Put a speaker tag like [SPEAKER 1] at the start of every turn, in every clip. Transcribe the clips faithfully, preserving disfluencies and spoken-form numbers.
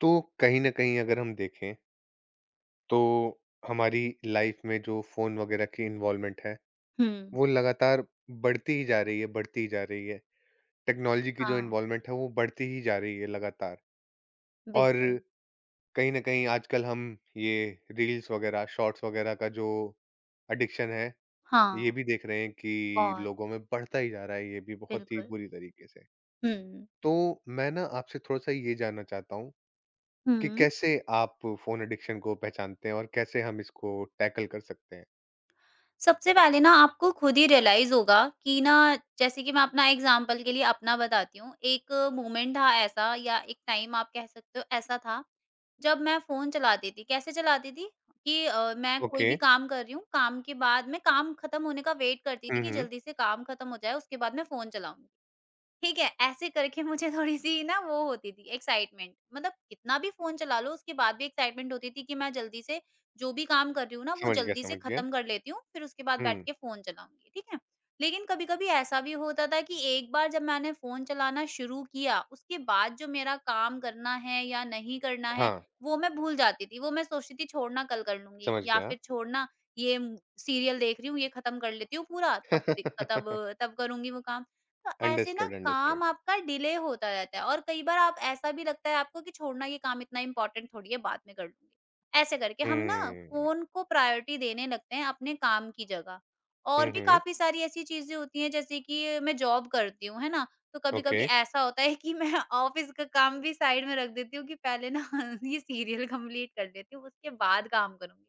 [SPEAKER 1] तो कहीं न कहीं अगर हम देखें, तो हमारी लाइफ में जो फ़ोन वगैरह की इन्वॉल्वमेंट है,
[SPEAKER 2] हुँ,
[SPEAKER 1] वो लगातार बढ़ती ही जा रही है, बढ़ती ही जा रही है। टेक्नोलॉजी की जो
[SPEAKER 2] हाँ,
[SPEAKER 1] इन्वॉल्वमेंट है, वो बढ़ती ही जा रही है लगातार। और
[SPEAKER 2] बिल्कुल।
[SPEAKER 1] कहीं न कहीं आजकल हम ये रील्स वगैरह, शॉर्ट्स वगैरह का जो एडिक्शन है, ये
[SPEAKER 2] हाँ,
[SPEAKER 1] भी देख रहे हैं कि
[SPEAKER 2] और
[SPEAKER 1] लोगों में बढ़ता ही जा रहा है, ये भी बहुत ही
[SPEAKER 2] बिल्कुल।
[SPEAKER 1] बुरी तरीके से।
[SPEAKER 2] हुँ,
[SPEAKER 1] तो मैं ना आपसे थोड़ा-सा ये जानना चाहता हूँ कि
[SPEAKER 2] हुँ।
[SPEAKER 1] कैसे आप फ़ोन एडिक्शन को पहचानते हैं और कैसे हम इसको टैकल कर सकते हैं?
[SPEAKER 2] सबसे पहले ना आपको खुद ही रियलाइज़ होगा कि ना, जैसे कि मैं अपना एग्ज़ाम्पल के लिए अपना बताती हूँ। एक मोमेंट था ऐसा, या एक टाइम आप कह सकते हो ऐसा था, जब मैं फ़ोन चलाती थी। कैसे चलाती थी कि अ, मैं कोई
[SPEAKER 1] ओके।
[SPEAKER 2] भी काम कर रही हूँ, काम के बाद मैं काम खत्म होने का वेट करती थी
[SPEAKER 1] हुँ,
[SPEAKER 2] कि
[SPEAKER 1] हुँ।
[SPEAKER 2] जल्दी से काम खत्म हो जाए, उसके बाद मैं फ़ोन चलाऊँगी। ठीक है, ऐसे करके मुझे थोड़ी-सी ना वो होती थी एक्साइटमेंट, मतलब कितना भी फ़ोन चला लो उसके बाद भी एक्साइटमेंट होती थी कि मैं जल्दी से जो भी काम कर रही हूँ ना, वो
[SPEAKER 1] समझ गया,
[SPEAKER 2] जल्दी से
[SPEAKER 1] समझ गया।
[SPEAKER 2] ख़त्म कर लेती हूँ, फिर उसके बाद बैठ
[SPEAKER 1] हुँ,
[SPEAKER 2] के फ़ोन चलाऊँगी, ठीक है। लेकिन कभी-कभी ऐसा भी होता था कि एक बार जब मैंने फ़ोन चलाना शुरू किया, उसके बाद जो मेरा काम करना है या नहीं करना है,
[SPEAKER 1] हाँ,
[SPEAKER 2] वो मैं भूल जाती थी, वो मैं सोचती थी छोड़ना कल कर लूँगी,
[SPEAKER 1] समझ
[SPEAKER 2] या
[SPEAKER 1] गया।
[SPEAKER 2] फिर छोड़ना ये सीरियल देख रही हूँ, ये ख़त्म कर लेती हूँ पूरा, तब दिक तब तब करूँगी वो काम। तो ऐसे ना
[SPEAKER 1] अंडरस्टूड, अंडरस्टूड।
[SPEAKER 2] काम आपका डिले होता रहता है, और कई बार आप ऐसा भी लगता है आपको कि छोड़ना ये काम इतना इम्पोर्टेंट थोड़ी है, बाद में कर लूंगी। ऐसे करके हम ना
[SPEAKER 1] हुँ।
[SPEAKER 2] फोन को प्रायोरिटी देने लगते हैं अपने काम की जगह।
[SPEAKER 1] हुँ,
[SPEAKER 2] और भी
[SPEAKER 1] हुँ।
[SPEAKER 2] काफी सारी ऐसी चीजें होती हैं, जैसे कि मैं जॉब करती हूँ, है ना? तो कभी
[SPEAKER 1] ओके,
[SPEAKER 2] कभी ऐसा होता है कि मैं ऑफिस का काम भी साइड में रख देती हूँ कि पहले ना ये सीरियल कंप्लीट कर लेती हूँ, उसके बाद काम करूंगी।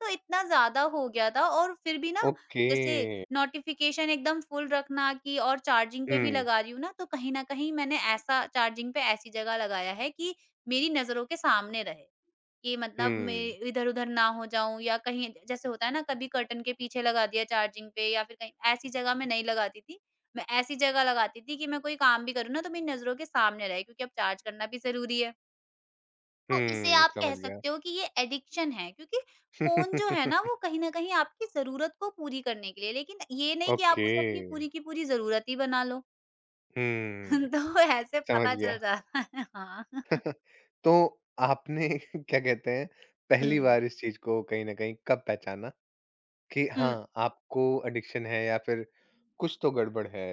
[SPEAKER 2] तो इतना ज़्यादा हो गया था, और फिर भी ना,
[SPEAKER 1] ओके।
[SPEAKER 2] जैसे नोटिफ़िकेशन एकदम फुल रखना, कि और चार्जिंग पे भी
[SPEAKER 1] हुँ,
[SPEAKER 2] लगा रही हूँ ना, तो कहीं न कहीं मैंने ऐसा चार्जिंग पे ऐसी जगह लगाया है कि मेरी नज़रों के सामने रहे, कि मतलब मैं
[SPEAKER 1] हुँ,
[SPEAKER 2] इधर-उधर ना हो जाऊँ, या कहीं जैसे होता है ना कभी कर्टन के पीछे लगा दिया चार्जिंग पे, या फिर कहीं ऐसी जगह मैं नहीं लगाती थी। मैं ऐसी जगह लगाती थी कि मैं कोई काम भी करूँ ना, तो मेरी नज़रों के सामने रहे, क्योंकि अब चार्ज करना भी ज़रूरी है। तो इसे
[SPEAKER 1] हुँ,
[SPEAKER 2] आप कह
[SPEAKER 1] समझ गया।
[SPEAKER 2] सकते हो कि ये एडिक्शन है, क्योंकि फ़ोन जो है ना, वो कहीं न कहीं आपकी ज़रूरत को पूरी करने के लिए, लेकिन ये नहीं कि आप
[SPEAKER 1] ओके।
[SPEAKER 2] उसे अपनी पूरी की पूरी ज़रूरत ही बना लो।
[SPEAKER 1] हुँ,
[SPEAKER 2] तो ऐसे
[SPEAKER 1] समझ
[SPEAKER 2] पता
[SPEAKER 1] गया।
[SPEAKER 2] चल जाता है, हाँ।
[SPEAKER 1] तो आपने क्या कहते हैं,
[SPEAKER 2] हुँ।
[SPEAKER 1] पहली बार इस चीज़ को कहीं न कहीं कब पहचाना? कि
[SPEAKER 2] हुँ,
[SPEAKER 1] हाँ, आपको एडिक्शन है या फिर कुछ तो गड़बड़ है।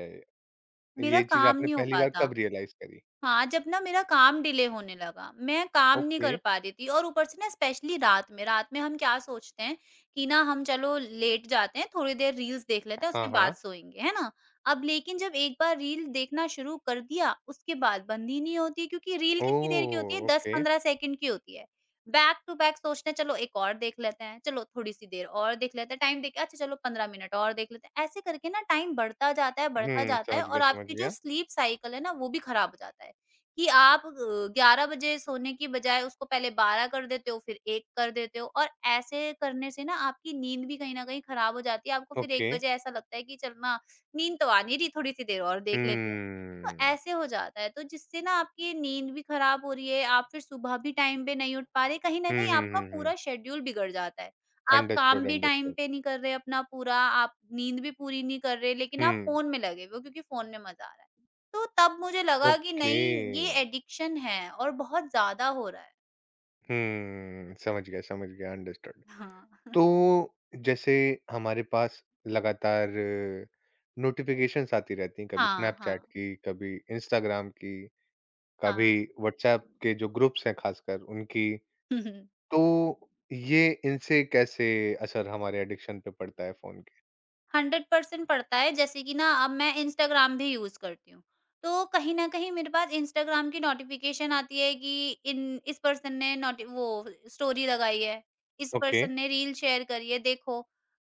[SPEAKER 2] मेरा
[SPEAKER 1] ये चीज़
[SPEAKER 2] काम
[SPEAKER 1] आपने
[SPEAKER 2] नहीं हो
[SPEAKER 1] पहली बार
[SPEAKER 2] पाता।
[SPEAKER 1] कब रियलाइज़ करी?
[SPEAKER 2] हाँ, जब ना मेरा काम डिले होने लगा, मैं काम नहीं
[SPEAKER 1] ओके।
[SPEAKER 2] कर पा रही थी, और ऊपर से ना स्पेशली रात में, रात में हम क्या सोचते हैं कि ना हम चलो लेट जाते हैं, थोड़ी देर रील्स देख लेते हैं उसके
[SPEAKER 1] हाँ,
[SPEAKER 2] बाद
[SPEAKER 1] हाँ।
[SPEAKER 2] सोएँगे, है ना? अब लेकिन जब एक बार रील देखना शुरू कर दिया, उसके बाद बंद ही नहीं होती, क्योंकि रील कितनी देर की होती है,
[SPEAKER 1] ओह! ओके।
[SPEAKER 2] दस पंद्रह सेकंड की होती है। बैक टू बैक सोचते हैं चलो एक और देख लेते हैं, चलो थोड़ी-सी देर और देख लेते हैं, टाइम देख के अच्छा चलो पंद्रह मिनट और देख लेते हैं। ऐसे करके ना टाइम बढ़ता जाता है, बढ़ता
[SPEAKER 1] हुँ,
[SPEAKER 2] जाता है,
[SPEAKER 1] समझ गया,
[SPEAKER 2] और
[SPEAKER 1] समझ
[SPEAKER 2] आपकी जो
[SPEAKER 1] गया।
[SPEAKER 2] स्लीप साइकिल है ना, वो भी खराब हो जाता है। कि आप अ, ग्यारह बजे सोने की बजाय उसको पहले बारह कर देते हो, फिर एक कर देते हो, और ऐसे करने से ना आपकी नींद भी कहीं न कहीं खराब हो जाती है। आपको फिर एक
[SPEAKER 1] ओके।
[SPEAKER 2] बजे ऐसा लगता है कि चल ना, नींद तो आ नहीं रही, थोड़ी-सी देर और देख लेती हूँ। तो
[SPEAKER 1] हम्म।
[SPEAKER 2] ऐसे हो जाता है, तो जिससे ना आपकी नींद भी खराब हो रही है, आप फिर सुबह भी टाइम पे नहीं उठ पा रहे, कहीं न
[SPEAKER 1] हुँ,
[SPEAKER 2] कहीं
[SPEAKER 1] हुँ,
[SPEAKER 2] आपका
[SPEAKER 1] हुँ, हुँ।
[SPEAKER 2] पूरा शेड्यूल बिगड़ जाता है। आप काम
[SPEAKER 1] अंडरस्टूड,
[SPEAKER 2] भी टाइम
[SPEAKER 1] अंडरस्टूड।
[SPEAKER 2] पे नहीं कर रहे अपना पूरा, आप नींद भी पूरी नहीं कर रहे, लेकिन आप
[SPEAKER 1] हुँ,
[SPEAKER 2] फ़ोन में लगे हुए हो, क्योंकि फ़ोन में मज़ा आ रहा है। तो तब मुझे लगा कि
[SPEAKER 1] ओके।
[SPEAKER 2] नहीं ये एडिक्शन है और बहुत ज़्यादा हो रहा है।
[SPEAKER 1] हुँ, समझ गया, समझ गया, अंडरस्टूड।
[SPEAKER 2] हाँ,
[SPEAKER 1] तो जैसे हमारे पास लगातार नोटिफ़िकेशंस आती रहती हैं, कभी
[SPEAKER 2] हाँ,
[SPEAKER 1] स्नैपचैट
[SPEAKER 2] हाँ,
[SPEAKER 1] की, कभी इंस्टाग्राम की। कभी
[SPEAKER 2] हाँ।
[SPEAKER 1] व्हाट्सएप के जो ग्रुप्स हैं खासकर उनकी, तो ये इनसे कैसे असर हमारे एडिक्शन पे पड़ता है फ़ोन के?
[SPEAKER 2] हंड्रेड परसेंट पड़ता है, जैसे कि ना अब मैं इंस्टाग्राम भी यूज़ करती हूँ। तो कहीं न कहीं मेरे पास इंस्टाग्राम की नोटिफ़िकेशन आती है कि इन इस पर्सन ने नोटि वो स्टोरी लगाई है, इस
[SPEAKER 1] ओके।
[SPEAKER 2] पर्सन ने रील शेयर करी है, देखो।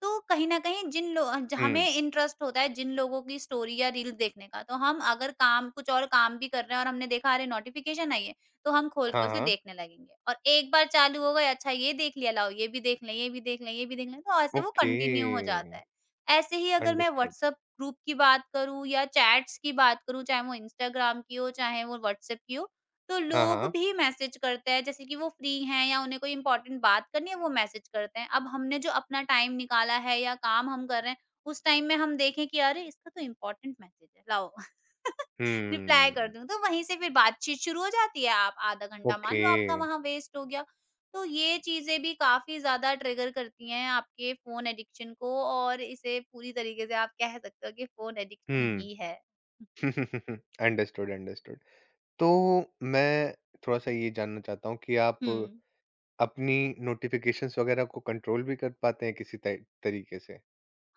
[SPEAKER 2] तो कहीं न कहीं जिन लो ज
[SPEAKER 1] हुँ।
[SPEAKER 2] हमें इंटरेस्ट होता है जिन लोगों की स्टोरी या रील देखने का, तो हम अगर काम कुछ और काम भी कर रहे हैं और हमने देखा अरे नोटिफ़िकेशन आई है, तो हम खोल के
[SPEAKER 1] हाँ,
[SPEAKER 2] उसे
[SPEAKER 1] हाँ।
[SPEAKER 2] देखने लगेंगे। और एक बार चालू हो गए, अच्छा ये देख लिया, लाओ ये भी देख लें, ये भी देख लें, ये भी देख लें, तो ऐसे वो
[SPEAKER 1] ओके।
[SPEAKER 2] कंटिन्यू हो जाता है। ऐसे ही अगर मैं
[SPEAKER 1] अंडरस्टूड।
[SPEAKER 2] व्हाट्सएप ग्रुप की बात करूँ या चैट्स की बात करूँ, चाहे वो इंस्टाग्राम की हो, चाहे वो व्हाट्सएप की हो, तो
[SPEAKER 1] हाँ,
[SPEAKER 2] लोग
[SPEAKER 1] हाँ।
[SPEAKER 2] भी मैसेज करते हैं, जैसे कि वो फ्री हैं या उन्हें कोई इम्पोर्टेंट बात करनी है, वो मैसेज करते हैं। अब हमने जो अपना टाइम निकाला है या काम हम कर रहे हैं, उस टाइम में हम देखें कि अरे! इसका तो इम्पोर्टेंट मैसेज है, लाओ रिप्लाई कर
[SPEAKER 1] हम्म।
[SPEAKER 2] दूँ, तो वहीं से फिर बातचीत शुरू हो जाती है। आप आधा घंटा मान
[SPEAKER 1] ओके।
[SPEAKER 2] लो आपका वहाँ वेस्ट हो गया। तो ये चीज़ें भी काफ़ी ज़्यादा ट्रिगर करती हैं आपके फ़ोन एडिक्शन को, और इसे पूरी तरीके से आप कह सकते हो कि फ़ोन एडिक्शन ही है।
[SPEAKER 1] हुँ। Understood, understood. तो मैं थोड़ा-सा ये जानना चाहता हूँ कि आप
[SPEAKER 2] हुँ।
[SPEAKER 1] अपनी नोटिफ़िकेशंस वगैरह को कंट्रोल भी कर पाते हैं किसी त तरीके से?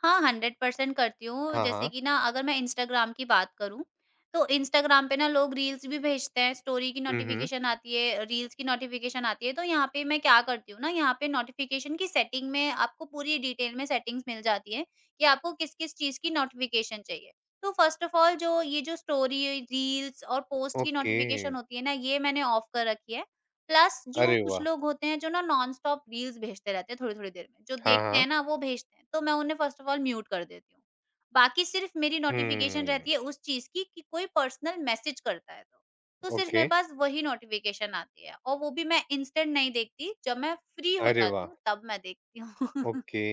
[SPEAKER 2] हाँ, हंड्रेड परसेंट करती हूँ।
[SPEAKER 1] हाँ,
[SPEAKER 2] जैसे
[SPEAKER 1] हाँ।
[SPEAKER 2] कि ना अगर मैं इंस्टाग्राम की बात करूँ, तो इंस्टाग्राम पे ना लोग रील्स भी भेजते हैं, स्टोरी की
[SPEAKER 1] हुँ, हुँ।
[SPEAKER 2] नोटिफ़िकेशन आती है, रील्स की नोटिफ़िकेशन आती है, तो यहाँ पे मैं क्या करती हूँ ना, यहाँ पे नोटिफ़िकेशन की सेटिंग में आपको पूरी डिटेल में सेटिंग्स मिल जाती है कि आपको किस-किस चीज़ की नोटिफ़िकेशन चाहिए। तो फर्स्ट ऑफ ऑल जो ये जो स्टोरी, रील्स और पोस्ट की
[SPEAKER 1] ओके।
[SPEAKER 2] नोटिफ़िकेशन होती है ना, ये मैंने ऑफ कर रखी है। प्लस जो
[SPEAKER 1] अरे
[SPEAKER 2] कुछ
[SPEAKER 1] वाह!
[SPEAKER 2] लोग होते हैं जो ना नॉन-स्टॉप रील्स भेजते रहते हैं थोड़ी-थोड़ी देर में, जो
[SPEAKER 1] हाँ,
[SPEAKER 2] देखते
[SPEAKER 1] हाँ।
[SPEAKER 2] हैं ना वो भेजते हैं, तो मैं उन्हें फर्स्ट ऑफ ऑल म्यूट कर देती हूँ। बाकी सिर्फ़ मेरी नोटिफ़िकेशन
[SPEAKER 1] हुँ,
[SPEAKER 2] रहती है उस चीज़ की, कि कोई पर्सनल मैसेज करता है तो। तो सिर्फ़
[SPEAKER 1] ओके।
[SPEAKER 2] मेरे पास वही नोटिफ़िकेशन आती है, और वो भी मैं इंस्टेंट नहीं देखती, जब मैं फ्री हो
[SPEAKER 1] अरे
[SPEAKER 2] जाती
[SPEAKER 1] वाह!
[SPEAKER 2] हूँ तब मैं देखती हूँ।
[SPEAKER 1] ओके,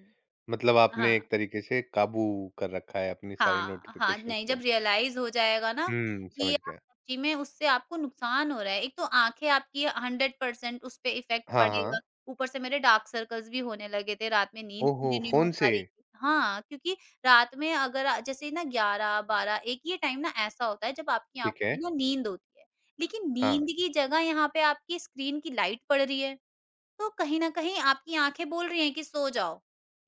[SPEAKER 1] मतलब आपने
[SPEAKER 2] हाँ।
[SPEAKER 1] एक तरीके से काबू कर रखा है अपनी सारी
[SPEAKER 2] हाँ, हाँ,
[SPEAKER 1] नोटिफ़िकेशंस
[SPEAKER 2] नहीं,
[SPEAKER 1] को।
[SPEAKER 2] जब रियलाइज़ हो जाएगा ना
[SPEAKER 1] हुँ,
[SPEAKER 2] कि
[SPEAKER 1] समझ
[SPEAKER 2] आप
[SPEAKER 1] गया।
[SPEAKER 2] सच्ची में, उससे आपको नुकसान हो रहा है। एक तो आँखें आपकी, हंड्रेड परसेंट उस पे इफ़ेक्ट
[SPEAKER 1] हाँ, हाँ।
[SPEAKER 2] पड़ेगा, ऊपर से मेरे डार्क सर्कल्स भी होने लगे थे, रात में नींद
[SPEAKER 1] ओहो!
[SPEAKER 2] पूरी नहीं हो
[SPEAKER 1] फ़ोन
[SPEAKER 2] पा
[SPEAKER 1] से?
[SPEAKER 2] रही थी। हाँ, क्योंकि रात में अगर अ, जैसे ना ग्यारह बारह-एक, ये टाइम ना ऐसा होता है जब आपकी
[SPEAKER 1] ठीक
[SPEAKER 2] आँखों
[SPEAKER 1] है,
[SPEAKER 2] में ना नींद होती है, लेकिन
[SPEAKER 1] हाँ।
[SPEAKER 2] नींद की जगह यहाँ पे आपकी स्क्रीन की लाइट पड़ रही है। तो कहीं न कहीं आपकी आँखें बोल रही हैं कि सो जाओ,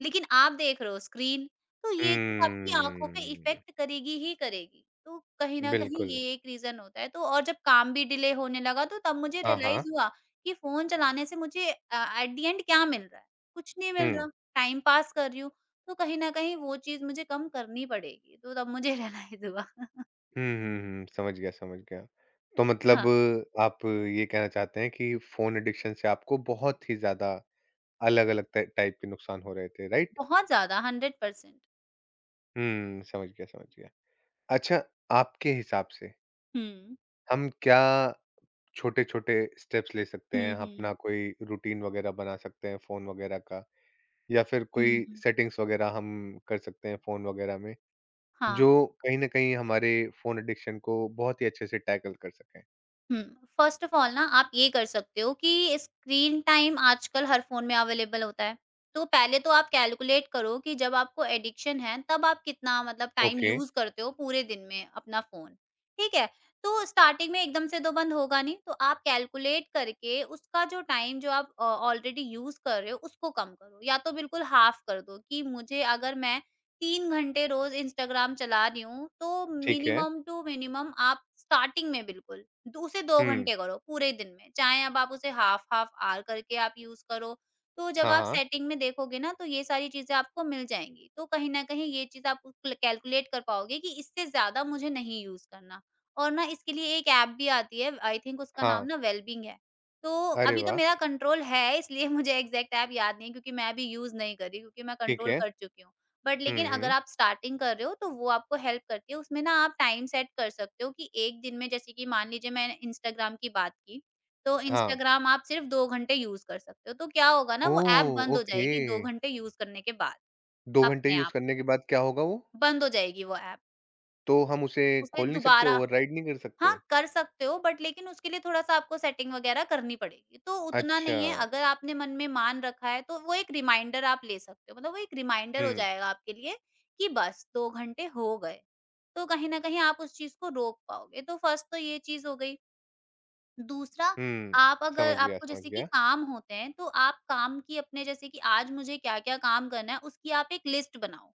[SPEAKER 2] लेकिन आप देख रहे हो स्क्रीन, तो ये चीज़ आपकी आँखों पे
[SPEAKER 1] हम्म,
[SPEAKER 2] इफ़ेक्ट करेगी ही करेगी। तो कहीं न कहीं
[SPEAKER 1] बिल्कुल।
[SPEAKER 2] ये एक रीज़न होता है, तो और जब काम भी डिले होने लगा, तो तब मुझे
[SPEAKER 1] हाँ, हाँ।
[SPEAKER 2] रियलाइज़ हुआ कि फ़ोन चलाने से मुझे अ, एट द एंड क्या मिल रहा है? कुछ नहीं
[SPEAKER 1] हुँ।
[SPEAKER 2] मिल रहा, टाइम पास कर रही हूँ। तो कहीं न कहीं वो चीज़ मुझे कम करनी पड़ेगी, तो तब मुझे रियलाइज़ हुआ।
[SPEAKER 1] हुँ, हुँ, हुँ, समझ गया, समझ गया। तो मतलब
[SPEAKER 2] हाँ,
[SPEAKER 1] आप ये कहना चाहते हैं कि फ़ोन एडिक्शन से आपको बहुत ही ज़्यादा अलग-अलग ट टाइप के नुकसान हो रहे थे, राइट?
[SPEAKER 2] बहुत ज़्यादा हंड्रेड परसेंट।
[SPEAKER 1] हुँ, समझ गया, समझ गया। अच्छा, आपके हिसाब से
[SPEAKER 2] हुँ।
[SPEAKER 1] हम क्या छोटे-छोटे स्टेप्स ले सकते हैं?
[SPEAKER 2] हुँ,
[SPEAKER 1] अपना
[SPEAKER 2] हुँ।
[SPEAKER 1] कोई रूटीन वगैरह बना सकते हैं फ़ोन वगैरह का या फिर कोई
[SPEAKER 2] हुँ, हुँ।
[SPEAKER 1] सेटिंग्स वगैरह हम कर सकते हैं फ़ोन वगैरह में, जो
[SPEAKER 2] हाँ।
[SPEAKER 1] कहीं न कहीं हमारे फ़ोन एडिक्शन को बहुत ही अच्छे से टैकल कर सकें?
[SPEAKER 2] हुँ, फ़र्स्ट ऑफ़ ऑल ना आप ये कर सकते हो कि स्क्रीन टाइम आजकल हर फ़ोन में अवेलेबल होता है। तो पहले तो आप कैलकुलेट करो कि जब आपको एडिक्शन है तब आप कितना, मतलब टाइम
[SPEAKER 1] ओके,
[SPEAKER 2] यूज़ करते हो पूरे दिन में अपना फ़ोन, ठीक है? तो स्टार्टिंग में एकदम से तो बंद होगा नहीं, तो आप कैलकुलेट करके उसका जो टाइम जो आप अ, ऑलरेडी यूज़ कर रहे हो उसको कम करो या तो बिल्कुल हाफ़ कर दो कि मुझे अगर मैं तीन घंटे रोज़ इंस्टाग्राम चला रही हूँ, तो
[SPEAKER 1] ठीक है।
[SPEAKER 2] मिनिमम टू मिनिमम आप स्टार्टिंग में बिल्कुल द उसे दो
[SPEAKER 1] हुँ,
[SPEAKER 2] घंटे करो पूरे दिन में। चाहे अब आप उसे हाफ़ हाफ़ ऑवर करके आप यूज़ करो। तो जब
[SPEAKER 1] हाँ,
[SPEAKER 2] आप
[SPEAKER 1] हाँ।
[SPEAKER 2] सेटिंग में देखोगे ना तो ये सारी चीज़ें आपको मिल जाएँगी। तो कहीं न कहीं ये चीज़ आप कैल कैलकुलेट कर पाओगे कि इससे ज़्यादा मुझे नहीं यूज़ करना। और ना इसके लिए एक ऐप भी आती है, आई थिंक उसका नाम
[SPEAKER 1] हाँ,
[SPEAKER 2] ना वेलबींग है। तो
[SPEAKER 1] अरे
[SPEAKER 2] अभी तो
[SPEAKER 1] वाह!
[SPEAKER 2] मेरा कंट्रोल है, इसलिए मुझे एग्ज़ैक्ट ऐप याद नहीं है क्योंकि मैं अभी यूज़ नहीं कर रही, क्योंकि मैं
[SPEAKER 1] ठीक
[SPEAKER 2] कंट्रोल
[SPEAKER 1] है।
[SPEAKER 2] कर चुकी हूँ। बट
[SPEAKER 1] हुँ,
[SPEAKER 2] लेकिन अगर
[SPEAKER 1] हुँ,
[SPEAKER 2] आप स्टार्टिंग कर रहे हो, तो वो आपको हेल्प करती है। उसमें ना आप टाइम सेट कर सकते हो कि एक दिन में, जैसे कि मान लीजिए मैंने इंस्टाग्राम की बात की, तो
[SPEAKER 1] हाँ।
[SPEAKER 2] इंस्टाग्राम आप सिर्फ दो घंटे यूज़ कर सकते हो। तो क्या होगा ना, वो ऐप
[SPEAKER 1] ओह!
[SPEAKER 2] बंद हो
[SPEAKER 1] ओके।
[SPEAKER 2] जाएगी दो घंटे यूज़ करने के बाद।
[SPEAKER 1] दो घंटे
[SPEAKER 2] अपने
[SPEAKER 1] यूज़
[SPEAKER 2] आप
[SPEAKER 1] करने के बाद क्या होगा वो?
[SPEAKER 2] बंद हो जाएगी वो ऐप।
[SPEAKER 1] तो हम उसे
[SPEAKER 2] उसे
[SPEAKER 1] खोल नहीं सकते,
[SPEAKER 2] दोबारा
[SPEAKER 1] ओवरराइड नहीं कर सकते?
[SPEAKER 2] हाँ, कर सकते हो, बट लेकिन उसके लिए थोड़ा-सा आपको सेटिंग वगैरह करनी पड़ेगी। तो उतना
[SPEAKER 1] अच्छा,
[SPEAKER 2] नहीं है, अगर आपने मन में मान रखा है तो वो एक रिमाइंडर आप ले सकते हो। मतलब वो एक रिमाइंडर हो
[SPEAKER 1] हुँ।
[SPEAKER 2] जाएगा आपके लिए कि बस दो घंटे हो गए। तो कहीं न कहीं आप उस चीज़ को रोक पाओगे। तो फर्स्ट तो ये चीज़ हो गई। दूसरा,
[SPEAKER 1] हुँ,
[SPEAKER 2] आप अगर
[SPEAKER 1] समझ गया,
[SPEAKER 2] आपको
[SPEAKER 1] समझ
[SPEAKER 2] जैसे कि
[SPEAKER 1] गया।
[SPEAKER 2] काम होते हैं, तो आप काम की अपने, जैसे कि आज मुझे क्या-क्या काम करना है, उसकी आप एक लिस्ट बनाओ।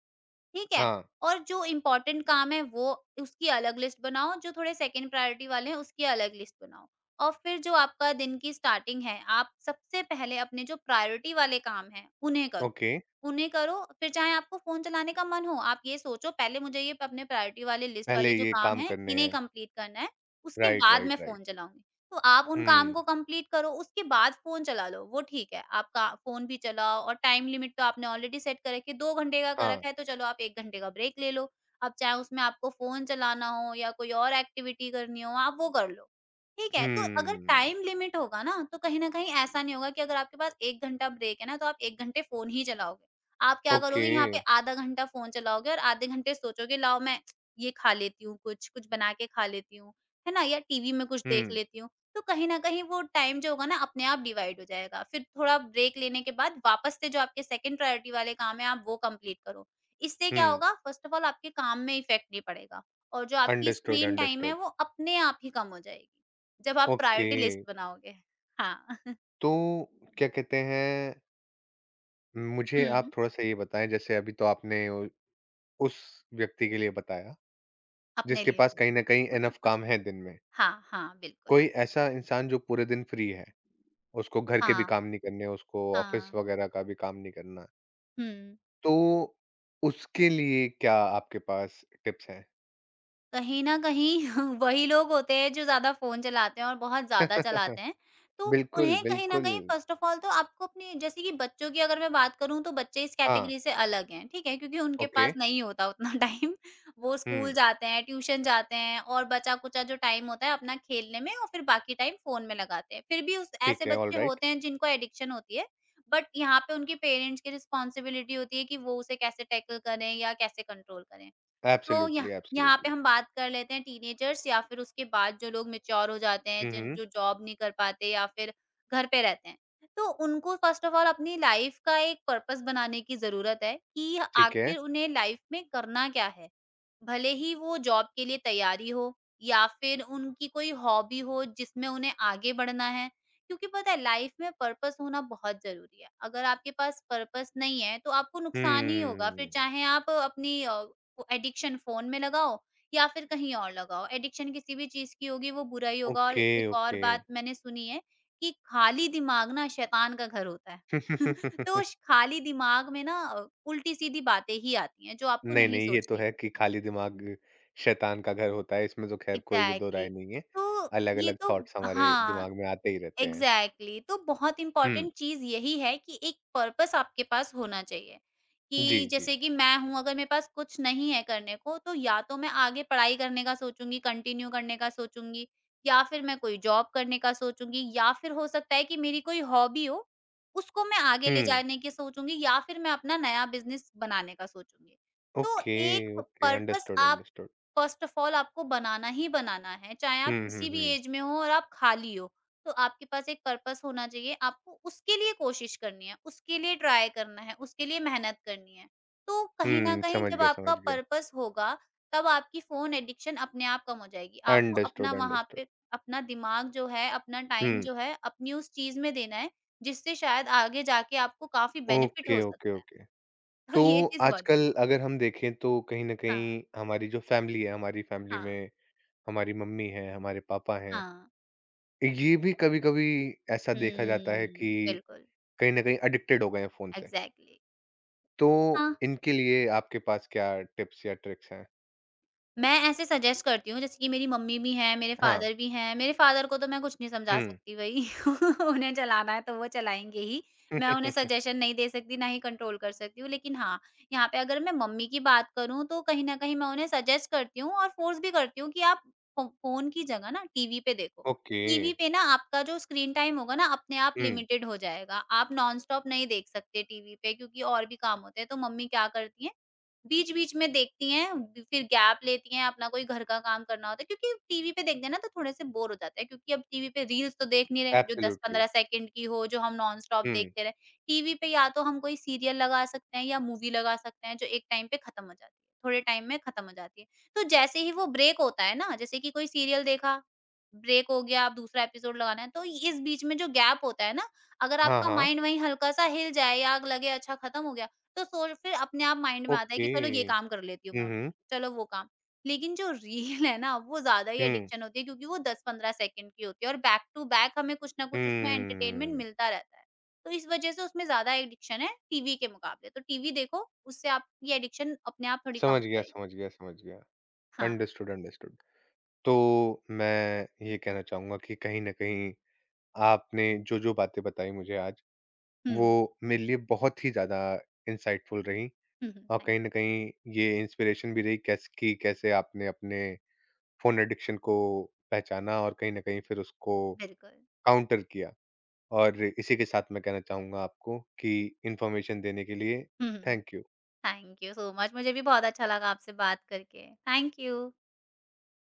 [SPEAKER 2] ठीक है?
[SPEAKER 1] हाँ,
[SPEAKER 2] और जो इम्पोर्टेंट काम है, वो उसकी अलग लिस्ट बनाओ, जो थोड़े सेकंड प्रायोरिटी वाले हैं उसकी अलग लिस्ट बनाओ। और फिर जो आपका दिन की स्टार्टिंग है, आप सबसे पहले अपने जो प्रायोरिटी वाले काम हैं उन्हें करो।
[SPEAKER 1] ओके,
[SPEAKER 2] उन्हें करो, फिर चाहे आपको फ़ोन चलाने का मन हो, आप ये सोचो पहले मुझे ये अपने प्रायोरिटी वाले लिस्ट
[SPEAKER 1] पहले
[SPEAKER 2] वाले जो
[SPEAKER 1] ये
[SPEAKER 2] काम
[SPEAKER 1] काम
[SPEAKER 2] हैं
[SPEAKER 1] करने
[SPEAKER 2] इन्हें
[SPEAKER 1] हैं।
[SPEAKER 2] कंप्लीट करना है, उसके
[SPEAKER 1] राइट,
[SPEAKER 2] बाद मैं
[SPEAKER 1] राइट, राइट।
[SPEAKER 2] फ़ोन चलाऊँगी। तो आप उन काम
[SPEAKER 1] हुँ,
[SPEAKER 2] को कंप्लीट करो, उसके बाद फ़ोन चला लो, वो ठीक है। आप का फ़ोन भी चलाओ, और टाइम लिमिट तो आपने ऑलरेडी सेट कर रखी है, दो घंटे का कर
[SPEAKER 1] हाँ,
[SPEAKER 2] रखा है, तो चलो आप एक घंटे का ब्रेक ले लो। अब चाहे उसमें आपको फ़ोन चलाना हो या कोई और एक्टिविटी करनी हो, आप वो कर लो, ठीक है। तो अगर
[SPEAKER 1] हुँ,
[SPEAKER 2] टाइम लिमिट होगा ना, तो कहीं न कहीं ऐसा नहीं होगा कि अगर आपके पास एक घंटा ब्रेक है ना, तो आप एक घंटे फ़ोन ही चलाओगे। आप क्या
[SPEAKER 1] ओके,
[SPEAKER 2] करोगे, यहाँ पे आधा घंटा फ़ोन चलाओगे और आधे घंटे सोचोगे, "लाओ, मैं ये खा लेती हूँ, कुछ, कुछ बना के खा लेती हूँ।" है ना? या टीवी में कुछ देख
[SPEAKER 1] हुँ,
[SPEAKER 2] लेती हूँ। तो कहीं न कहीं वो टाइम जो होगा ना, अपने आप डिवाइड हो जाएगा। फिर थोड़ा ब्रेक लेने के बाद वापस से जो आपके सेकंड प्रायोरिटी वाले काम हैं, आप वो कंप्लीट करो। इससे क्या
[SPEAKER 1] हुँ,
[SPEAKER 2] होगा, फर्स्ट ऑफ ऑल आपके काम में इफ़ेक्ट नहीं पड़ेगा, और जो आपकी
[SPEAKER 1] अंडरस्टूड,
[SPEAKER 2] स्क्रीन टाइम है
[SPEAKER 1] अंडरस्टूड।
[SPEAKER 2] वो अपने आप ही कम हो जाएगी। जब आप
[SPEAKER 1] ओके,
[SPEAKER 2] प्रायोरिटी लिस्ट बनाओगे। हाँ।
[SPEAKER 1] तो क्या कहते हैं, मुझे आप
[SPEAKER 2] हुँ,
[SPEAKER 1] थोड़ा-सा ये बताएँ, जैसे अभी तो आपने उ उस व्यक्ति के लिए बताया,
[SPEAKER 2] अपने
[SPEAKER 1] जिसके
[SPEAKER 2] लिए।
[SPEAKER 1] पास कहीं न कहीं इनफ काम है दिन में।
[SPEAKER 2] हाँ, हाँ, बिल्कुल।
[SPEAKER 1] कोई ऐसा इंसान जो पूरे दिन फ्री है, उसको घर के भी
[SPEAKER 2] हाँ,
[SPEAKER 1] काम नहीं करने, उसको ऑफ़िस
[SPEAKER 2] हाँ।
[SPEAKER 1] वग़ैरह का भी काम नहीं करना।
[SPEAKER 2] हुँ।
[SPEAKER 1] तो उसके लिए क्या आपके पास टिप्स हैं?
[SPEAKER 2] कहीं न कहीं वही लोग होते हैं जो ज़्यादा फ़ोन चलाते हैं और बहुत ज़्यादा चलाते हैं। तो
[SPEAKER 1] बिल्कुल,
[SPEAKER 2] उन्हें कहीं न
[SPEAKER 1] बिल्कुल।
[SPEAKER 2] कहीं फ़र्स्ट ऑफ़ ऑल तो आपको अपनी, जैसे कि बच्चों की अगर मैं बात करूँ, तो बच्चे इस
[SPEAKER 1] हाँ,
[SPEAKER 2] कैटेगरी से अलग हैं, ठीक है? क्योंकि उनके
[SPEAKER 1] ओके।
[SPEAKER 2] पास नहीं होता उतना टाइम। वो स्कूल
[SPEAKER 1] हुँ,
[SPEAKER 2] जाते हैं, ट्यूशन जाते हैं, और बचा-कुचा जो टाइम होता है अपना खेलने में, और फिर बाकी टाइम फ़ोन में लगाते हैं। फिर भी उस
[SPEAKER 1] ठीक
[SPEAKER 2] ऐसे
[SPEAKER 1] है,
[SPEAKER 2] बच्चे
[SPEAKER 1] ऑलराइट।
[SPEAKER 2] होते हैं जिनको एडिक्शन होती है, बट यहाँ पे उनके पेरेंट्स की रिस्पॉन्सिबिलिटी होती है कि वो उसे कैसे टैकल करें या कैसे कंट्रोल करें। तो यह
[SPEAKER 1] एब्सोल्युटली,
[SPEAKER 2] यहाँ पे
[SPEAKER 1] एब्सोल्युटली।
[SPEAKER 2] हम बात कर लेते हैं टीनेजर्स या फिर उसके बाद जो लोग मैच्योर हो जाते हैं,
[SPEAKER 1] हुँ,
[SPEAKER 2] जिन
[SPEAKER 1] हुँ,
[SPEAKER 2] जो जॉब नहीं कर पाते या फिर घर पे रहते हैं। तो उनको फर्स्ट ऑफ ऑल अपनी लाइफ़ का एक पर्पस बनाने की ज़रूरत है कि
[SPEAKER 1] ठीक है।
[SPEAKER 2] आखिर उन्हें लाइफ़ में करना क्या है? भले ही वो जॉब के लिए तैयारी हो, या फिर उनकी कोई हॉबी हो जिसमें उन्हें आगे बढ़ना है, क्योंकि पता है, लाइफ में पर्पस होना बहुत जरूरी है। अगर आपके पास पर्पस नहीं है, तो आपको नुकसान ही होगा, फिर
[SPEAKER 1] हुँ,
[SPEAKER 2] चाहे आप अपनी एडिक्शन फोन में लगाओ या फिर कहीं और लगाओ। एडिक्शन किसी भी चीज की होगी, वो बुरा ही होगा। और
[SPEAKER 1] ओके,
[SPEAKER 2] एक और
[SPEAKER 1] ओके।
[SPEAKER 2] बात मैंने सुनी है कि खाली दिमाग ना शैतान का घर होता है। तो उस खाली दिमाग में ना अ, उल्टी सीधी बातें ही आती हैं जो आपको
[SPEAKER 1] नहीं,
[SPEAKER 2] नहीं
[SPEAKER 1] नहीं, ये तो
[SPEAKER 2] सोचनी
[SPEAKER 1] है
[SPEAKER 2] चाहिए।
[SPEAKER 1] कि खाली दिमाग शैतान का घर होता है, इसमें तो खैर कोई भी दो
[SPEAKER 2] एग्जैक्टली
[SPEAKER 1] राय
[SPEAKER 2] exactly.
[SPEAKER 1] नहीं है।
[SPEAKER 2] तो ये
[SPEAKER 1] अलग-अलग
[SPEAKER 2] तो
[SPEAKER 1] थॉट्स हमारे
[SPEAKER 2] हाँ,
[SPEAKER 1] दिमाग में आते ही रहते हैं।
[SPEAKER 2] Exactly exactly. तो बहुत
[SPEAKER 1] हुँ,
[SPEAKER 2] इंपॉर्टेंट चीज यही है कि एक पर्पस आपके पास होना चाहिए।
[SPEAKER 1] जी,
[SPEAKER 2] कि
[SPEAKER 1] जी।
[SPEAKER 2] जैसे कि मैं हूं, अगर मेरे पास कुछ नहीं है करने को, तो या तो मैं आगे पढ़ाई करने का सोचूंगी, कंटिन्यू करने का सोचूंगी, या फिर मैं कोई जॉब करने का सोचूंगी, या फिर हो सकता है कि मेरी कोई हॉबी हो, उसको मैं आगे ले
[SPEAKER 1] हुँ,
[SPEAKER 2] जाने की सोचूंगी, या फिर मैं अपना नया बिजनेस बनाने का सोचूंगी। तो
[SPEAKER 1] ओके,
[SPEAKER 2] एक
[SPEAKER 1] ओके,
[SPEAKER 2] पर्पस
[SPEAKER 1] अंडरस्टूड,
[SPEAKER 2] आप,
[SPEAKER 1] अंडरस्टूड।
[SPEAKER 2] फर्स्ट ऑफ ऑल आपको बनाना ही बनाना है, चाहे आप
[SPEAKER 1] हुँ, हुँ,
[SPEAKER 2] किसी भी
[SPEAKER 1] हुँ।
[SPEAKER 2] एज में हो और आप खाली हो। तो आपके पास एक पर्पस होना चाहिए, आपको उसके लिए कोशिश करनी है, उसके लिए ट्राई करना है, उसके लिए मेहनत करनी है। तो कहीं न
[SPEAKER 1] हुँ,
[SPEAKER 2] कहीं
[SPEAKER 1] समझ
[SPEAKER 2] जब
[SPEAKER 1] गया,
[SPEAKER 2] आपका
[SPEAKER 1] समझ गया।
[SPEAKER 2] पर्पस होगा, तब आपकी फ़ोन एडिक्शन अपने आप कम हो जाएगी। आपको अपना
[SPEAKER 1] अंडरस्टूड,
[SPEAKER 2] वहाँ
[SPEAKER 1] अंडरस्टूड।
[SPEAKER 2] पे अपना दिमाग जो है, अपना टाइम
[SPEAKER 1] हुँ,
[SPEAKER 2] जो है, अपनी उस चीज़ में देना है, जिससे शायद आगे जाके आपको काफ़ी बेनिफिट
[SPEAKER 1] ओके,
[SPEAKER 2] हो
[SPEAKER 1] ओके,
[SPEAKER 2] सकता है।
[SPEAKER 1] ओके।
[SPEAKER 2] तो
[SPEAKER 1] तो
[SPEAKER 2] ये चीज़ बहुत ज़रूरी।
[SPEAKER 1] आजकल अगर हम देखें तो कहीं न
[SPEAKER 2] हाँ,
[SPEAKER 1] कहीं हमारी जो फ़ैमिली है, हमारी फ़ैमिली
[SPEAKER 2] हाँ,
[SPEAKER 1] में हमारी मम्मी हैं, हमारे पापा हैं,
[SPEAKER 2] हाँ।
[SPEAKER 1] ये भी कभी-कभी ऐसा देखा
[SPEAKER 2] हुँ,
[SPEAKER 1] जाता है कि
[SPEAKER 2] बिल्कुल,
[SPEAKER 1] कहीं न कहीं एडिक्टेड हो गए हैं फ़ोन से।
[SPEAKER 2] एग्ज़ैक्टली।
[SPEAKER 1] तो
[SPEAKER 2] हाँ।
[SPEAKER 1] इनके लिए आपके पास क्या टिप्स या ट्रिक्स हैं?
[SPEAKER 2] मैं ऐसे सजेस्ट करती हूँ, जैसे कि मेरी मम्मी भी हैं, मेरे
[SPEAKER 1] हाँ,
[SPEAKER 2] फादर भी हैं। मेरे फादर को तो मैं कुछ नहीं समझा
[SPEAKER 1] हुँ।
[SPEAKER 2] सकती भई, उन्हें चलाना है तो वो चलाएँगे ही। मैं उन्हें सजेशन नहीं दे सकती, ना ही कंट्रोल कर सकती हूँ। लेकिन हाँ, यहाँ पे अगर मैं मम्मी की बात करूँ, तो कहीं न कहीं मैं उन्हें सजेस्ट करती हूँ और फ़ोर्स भी करती हूँ कि आप फ़ो फ़ोन की जगह ना टीवी पे देखो।
[SPEAKER 1] ओके,
[SPEAKER 2] टीवी पे ना आपका जो स्क्रीन टाइम होगा ना, अपने आप
[SPEAKER 1] हुँ,
[SPEAKER 2] लिमिटेड हो जाएगा। आप नॉन स्टॉप नहीं देख सकते टीवी पे, क्योंकि और भी काम होते हैं। तो मम्मी क्या करती हैं, बीच-बीच में देखती हैं, फिर गैप लेती हैं, अपना कोई घर का काम करना होता है, क्योंकि टीवी पे देखते हैं ना तो थोड़े-से बोर हो जाते हैं, क्योंकि अब टीवी पे रील्स तो देख नहीं रहे, जो
[SPEAKER 1] एब्सोल्युटली।
[SPEAKER 2] दस पंद्रह सेकंड की हो, जो हम नॉन-स्टॉप
[SPEAKER 1] हुँ,
[SPEAKER 2] देखते रहे। टीवी पे या तो हम कोई सीरियल लगा सकते हैं या मूवी लगा सकते हैं, जो एक टाइम पे खत्म हो जाती है, थोड़े टाइम में खत्म हो जाती है। तो जैसे ही वो ब्रेक होता है ना, जैसे कि कोई सीरियल देखा, ब्रेक हो गया, अब दूसरा एपिसोड लगाना है, तो इस बीच में जो गैप होता है ना, अगर
[SPEAKER 1] हाँ,
[SPEAKER 2] आपका
[SPEAKER 1] हाँ,
[SPEAKER 2] माइंड वहीं हल्का-सा हिल जाए या लगे अच्छा खत्म हो गया, तो सोच फिर अपने आप माइंड में आता है
[SPEAKER 1] ओके।
[SPEAKER 2] कि चलो ये काम कर लेती हूँ मैं
[SPEAKER 1] हुँ,
[SPEAKER 2] उठ
[SPEAKER 1] हुँ,
[SPEAKER 2] के, चलो वो काम। लेकिन जो रील है ना, वो ज़्यादा ही
[SPEAKER 1] हुँ,
[SPEAKER 2] एडिक्शन होती है, क्योंकि वो दस पंद्रह सेकंड की होती है और बैक टू बैक हमें कुछ ना कुछ उसमें एंटरटेनमेंट
[SPEAKER 1] हुँ।
[SPEAKER 2] मिलता रहता है। तो इस वजह से उसमें ज़्यादा एडिक्शन है टीवी के मुकाबले। तो टीवी देखो, उससे आपकी एडिक्शन अपने आप थोड़ी कम
[SPEAKER 1] समझ
[SPEAKER 2] हो
[SPEAKER 1] गया,
[SPEAKER 2] जाएगी।
[SPEAKER 1] समझ गया, समझ गया।
[SPEAKER 2] हाँ।
[SPEAKER 1] Understood, understood. तो मैं ये कहना चाहूँगा कि कहीं न कहीं आपने जो-जो बातें बताई मुझे आज,
[SPEAKER 2] हुँ।
[SPEAKER 1] वो मेरे लिए बहुत ही ज़्यादा इंसाइटफुल रहीं
[SPEAKER 2] हुँ, हुँ।
[SPEAKER 1] और
[SPEAKER 2] थैंक
[SPEAKER 1] कहीं
[SPEAKER 2] यू।
[SPEAKER 1] न कहीं ये इंस्पिरेशन भी रही कैस कि कैसे आपने अपने फ़ोन एडिक्शन को पहचाना और कहीं न कहीं फिर उसको
[SPEAKER 2] बिल्कुल।
[SPEAKER 1] काउंटर किया। और इसी के साथ मैं कहना चाहूँगा आपको कि इन्फॉर्मेशन देने के लिए
[SPEAKER 2] हुँ, हुँ।
[SPEAKER 1] Thank you.
[SPEAKER 2] Thank you so much. मुझे भी बहुत अच्छा लगा आपसे बात करके। Thank you.